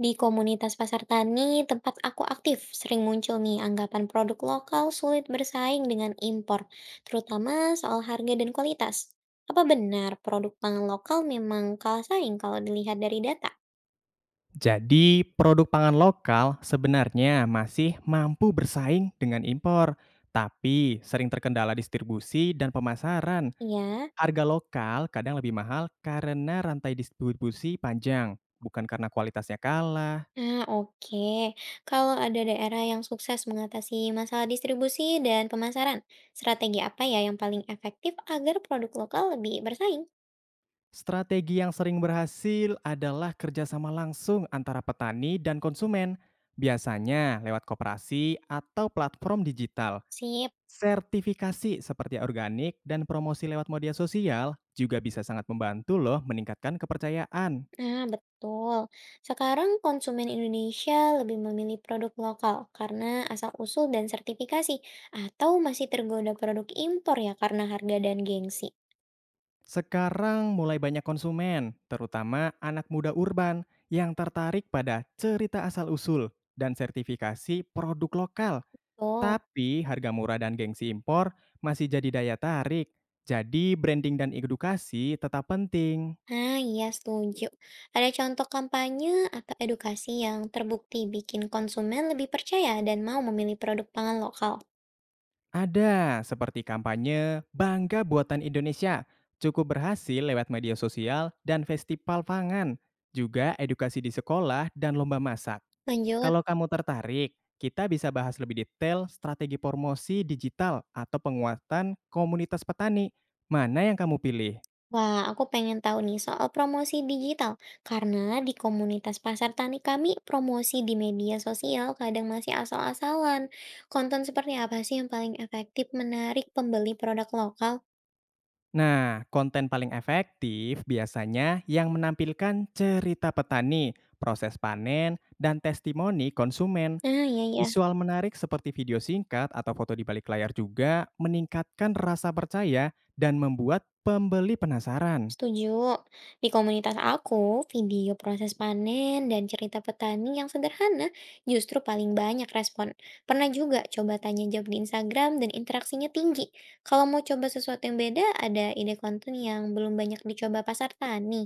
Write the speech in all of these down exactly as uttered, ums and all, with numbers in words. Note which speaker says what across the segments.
Speaker 1: Di komunitas pasar tani tempat aku aktif, sering muncul nih anggapan produk lokal sulit bersaing dengan impor, terutama soal harga dan kualitas. Apa benar produk pangan lokal memang kalah saing kalau dilihat dari data?
Speaker 2: Jadi, produk pangan lokal sebenarnya masih mampu bersaing dengan impor, tapi sering terkendala distribusi dan pemasaran.
Speaker 1: Ya.
Speaker 2: Harga lokal kadang lebih mahal karena rantai distribusi panjang, bukan karena kualitasnya kalah.
Speaker 1: Ah, oke. Kalau ada daerah yang sukses mengatasi masalah distribusi dan pemasaran, strategi apa ya yang paling efektif agar produk lokal lebih bersaing?
Speaker 2: Strategi yang sering berhasil adalah kerjasama langsung antara petani dan konsumen, biasanya lewat koperasi atau platform digital.
Speaker 1: Sip.
Speaker 2: Sertifikasi seperti organik dan promosi lewat media sosial juga bisa sangat membantu loh meningkatkan kepercayaan.
Speaker 1: Nah, betul. Sekarang konsumen Indonesia lebih memilih produk lokal karena asal-usul dan sertifikasi, atau masih tergoda produk impor ya karena harga dan gengsi.
Speaker 2: Sekarang mulai banyak konsumen, terutama anak muda urban, yang tertarik pada cerita asal-usul dan sertifikasi produk lokal.
Speaker 1: Betul.
Speaker 2: Tapi harga murah dan gengsi impor masih jadi daya tarik. Jadi branding dan edukasi tetap penting.
Speaker 1: Nah, iya setuju. Ada contoh kampanye atau edukasi yang terbukti bikin konsumen lebih percaya dan mau memilih produk pangan lokal.
Speaker 2: Ada, seperti kampanye Bangga Buatan Indonesia, cukup berhasil lewat media sosial dan festival pangan, juga edukasi di sekolah dan lomba masak.
Speaker 1: Lanjut.
Speaker 2: Kalau kamu tertarik, kita bisa bahas lebih detail strategi promosi digital atau penguatan komunitas petani. Mana yang kamu pilih?
Speaker 1: Wah, aku pengen tahu nih soal promosi digital, karena di komunitas pasar tani kami promosi di media sosial kadang masih asal-asalan. Konten seperti apa sih yang paling efektif menarik pembeli produk lokal?
Speaker 2: Nah, konten paling efektif biasanya yang menampilkan cerita petani, proses panen, dan testimoni konsumen.
Speaker 1: Ah, iya ya.
Speaker 2: Visual menarik seperti video singkat atau foto di balik layar juga meningkatkan rasa percaya dan membuat pembeli penasaran.
Speaker 1: Setuju. Di komunitas aku, video proses panen dan cerita petani yang sederhana justru paling banyak respon. Pernah juga coba tanya jawab di Instagram dan interaksinya tinggi. Kalau mau coba sesuatu yang beda, ada ide konten yang belum banyak dicoba pasar tani.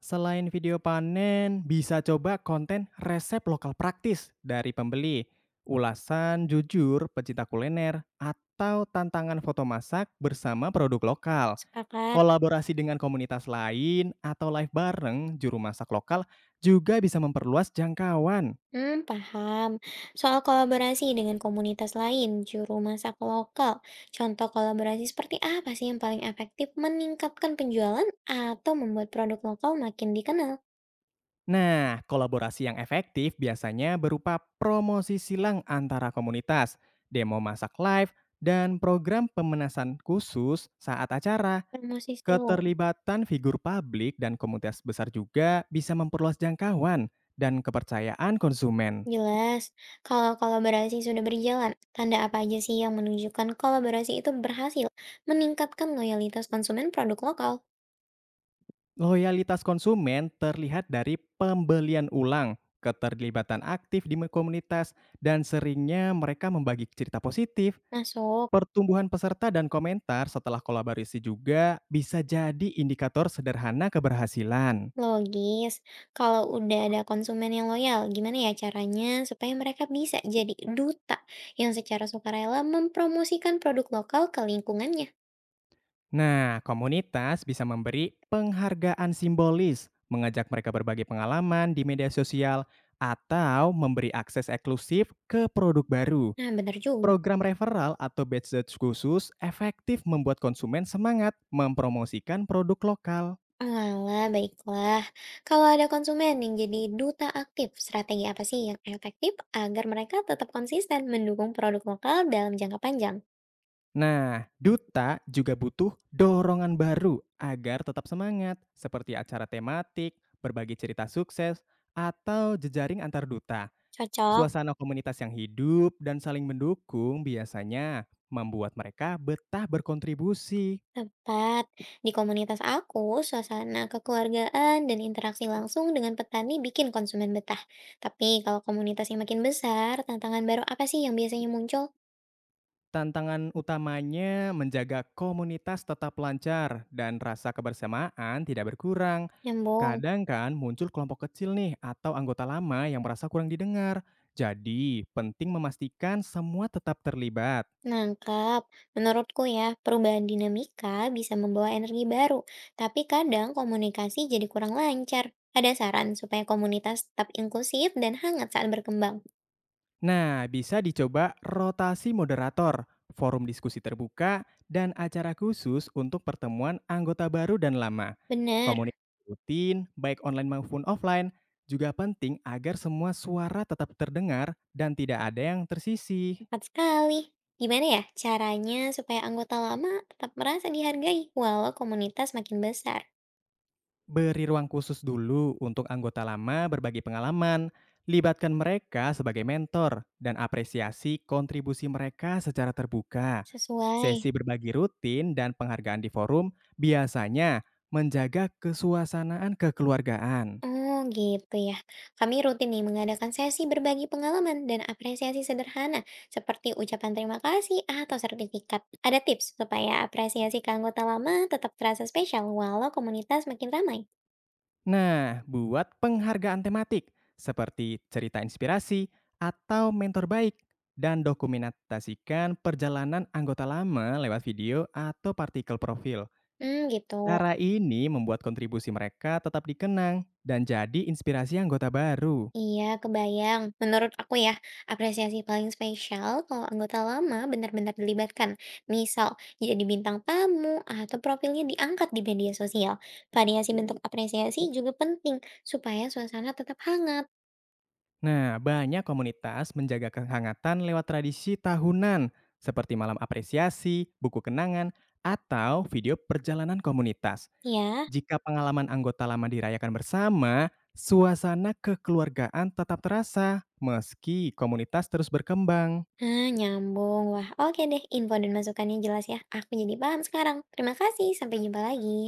Speaker 2: Selain video panen, bisa coba konten resep lokal praktis dari pembeli, ulasan jujur pecinta kuliner, atau tantangan foto masak bersama produk lokal.
Speaker 1: Sepakat.
Speaker 2: Kolaborasi dengan komunitas lain atau live bareng juru masak lokal juga bisa memperluas jangkauan.
Speaker 1: Hmm, paham. Soal kolaborasi dengan komunitas lain, juru masak lokal, contoh kolaborasi seperti apa sih yang paling efektif meningkatkan penjualan atau membuat produk lokal makin dikenal?
Speaker 2: Nah, kolaborasi yang efektif biasanya berupa promosi silang antara komunitas, demo masak live, dan program pemenasan khusus saat acara.
Speaker 1: Promosi S E O,
Speaker 2: Keterlibatan figur publik dan komunitas besar juga bisa memperluas jangkauan dan kepercayaan konsumen.
Speaker 1: jelas. Kalau kolaborasi sudah berjalan, tanda apa aja sih yang menunjukkan kolaborasi itu berhasil meningkatkan loyalitas konsumen produk lokal?
Speaker 2: Loyalitas konsumen terlihat dari pembelian ulang, keterlibatan aktif di komunitas, dan seringnya mereka membagi cerita positif.
Speaker 1: Masuk.
Speaker 2: Pertumbuhan peserta dan komentar setelah kolaborasi juga bisa jadi indikator sederhana keberhasilan.
Speaker 1: Logis. Kalau udah ada konsumen yang loyal, gimana ya caranya supaya mereka bisa jadi duta yang secara sukarela mempromosikan produk lokal ke lingkungannya?
Speaker 2: Nah, komunitas bisa memberi penghargaan simbolis, mengajak mereka berbagi pengalaman di media sosial, atau memberi akses eksklusif ke produk baru.
Speaker 1: Nah, benar juga.
Speaker 2: Program referral atau badge khusus efektif membuat konsumen semangat mempromosikan produk lokal.
Speaker 1: Alah, baiklah. Kalau ada konsumen yang jadi duta aktif, strategi apa sih yang efektif agar mereka tetap konsisten mendukung produk lokal dalam jangka panjang?
Speaker 2: Nah, duta juga butuh dorongan baru agar tetap semangat, seperti acara tematik, berbagi cerita sukses, atau jejaring antar duta.
Speaker 1: Cocok.
Speaker 2: Suasana komunitas yang hidup dan saling mendukung biasanya membuat mereka betah berkontribusi.
Speaker 1: Tepat. Di komunitas aku, suasana kekeluargaan dan interaksi langsung dengan petani bikin konsumen betah. Tapi kalau komunitasnya makin besar, tantangan baru apa sih yang biasanya muncul?
Speaker 2: Tantangan utamanya menjaga komunitas tetap lancar dan rasa kebersamaan tidak berkurang.
Speaker 1: Nyambung.
Speaker 2: Kadang kan muncul kelompok kecil nih atau anggota lama yang merasa kurang didengar. Jadi penting memastikan semua tetap terlibat.
Speaker 1: Nangkap. Menurutku ya, perubahan dinamika bisa membawa energi baru, tapi kadang komunikasi jadi kurang lancar. Ada saran supaya komunitas tetap inklusif dan hangat saat berkembang?
Speaker 2: Nah, bisa dicoba rotasi moderator, forum diskusi terbuka, dan acara khusus untuk pertemuan anggota baru dan lama.
Speaker 1: Benar,
Speaker 2: Komunikasi rutin, baik online maupun offline, juga penting agar semua suara tetap terdengar dan tidak ada yang tersisih.
Speaker 1: tepat sekali. Gimana ya caranya supaya anggota lama tetap merasa dihargai walau komunitas makin besar?
Speaker 2: Beri ruang khusus dulu untuk anggota lama berbagi pengalaman, libatkan mereka sebagai mentor, dan apresiasi kontribusi mereka secara terbuka.
Speaker 1: Sesuai.
Speaker 2: Sesi berbagi rutin dan penghargaan di forum biasanya menjaga kesuasanaan kekeluargaan.
Speaker 1: Oh gitu ya. Kami rutin nih mengadakan sesi berbagi pengalaman dan apresiasi sederhana seperti ucapan terima kasih atau sertifikat. Ada tips supaya apresiasi ke anggota lama tetap terasa spesial walau komunitas makin ramai.
Speaker 2: Nah, buat penghargaan tematik seperti cerita inspirasi atau mentor baik dan dokumentasikan perjalanan anggota lama lewat video atau partikel profil.
Speaker 1: Hmm gitu.
Speaker 2: Cara ini membuat kontribusi mereka tetap dikenang dan jadi inspirasi anggota baru.
Speaker 1: Iya, kebayang. Menurut aku ya, apresiasi paling spesial kalau anggota lama benar-benar dilibatkan. Misal, jadi bintang tamu atau profilnya diangkat di media sosial. Variasi bentuk apresiasi juga penting supaya suasana tetap hangat.
Speaker 2: Nah, banyak komunitas menjaga kehangatan lewat tradisi tahunan, seperti malam apresiasi, buku kenangan, atau video perjalanan komunitas.
Speaker 1: Ya.
Speaker 2: Jika pengalaman anggota lama dirayakan bersama, suasana kekeluargaan tetap terasa, meski komunitas terus berkembang.
Speaker 1: Ah, nyambung. Wah, oke deh. Info dan masukannya jelas ya. Aku jadi paham sekarang. Terima kasih. Sampai jumpa lagi.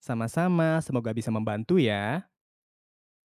Speaker 2: Sama-sama, semoga bisa membantu ya.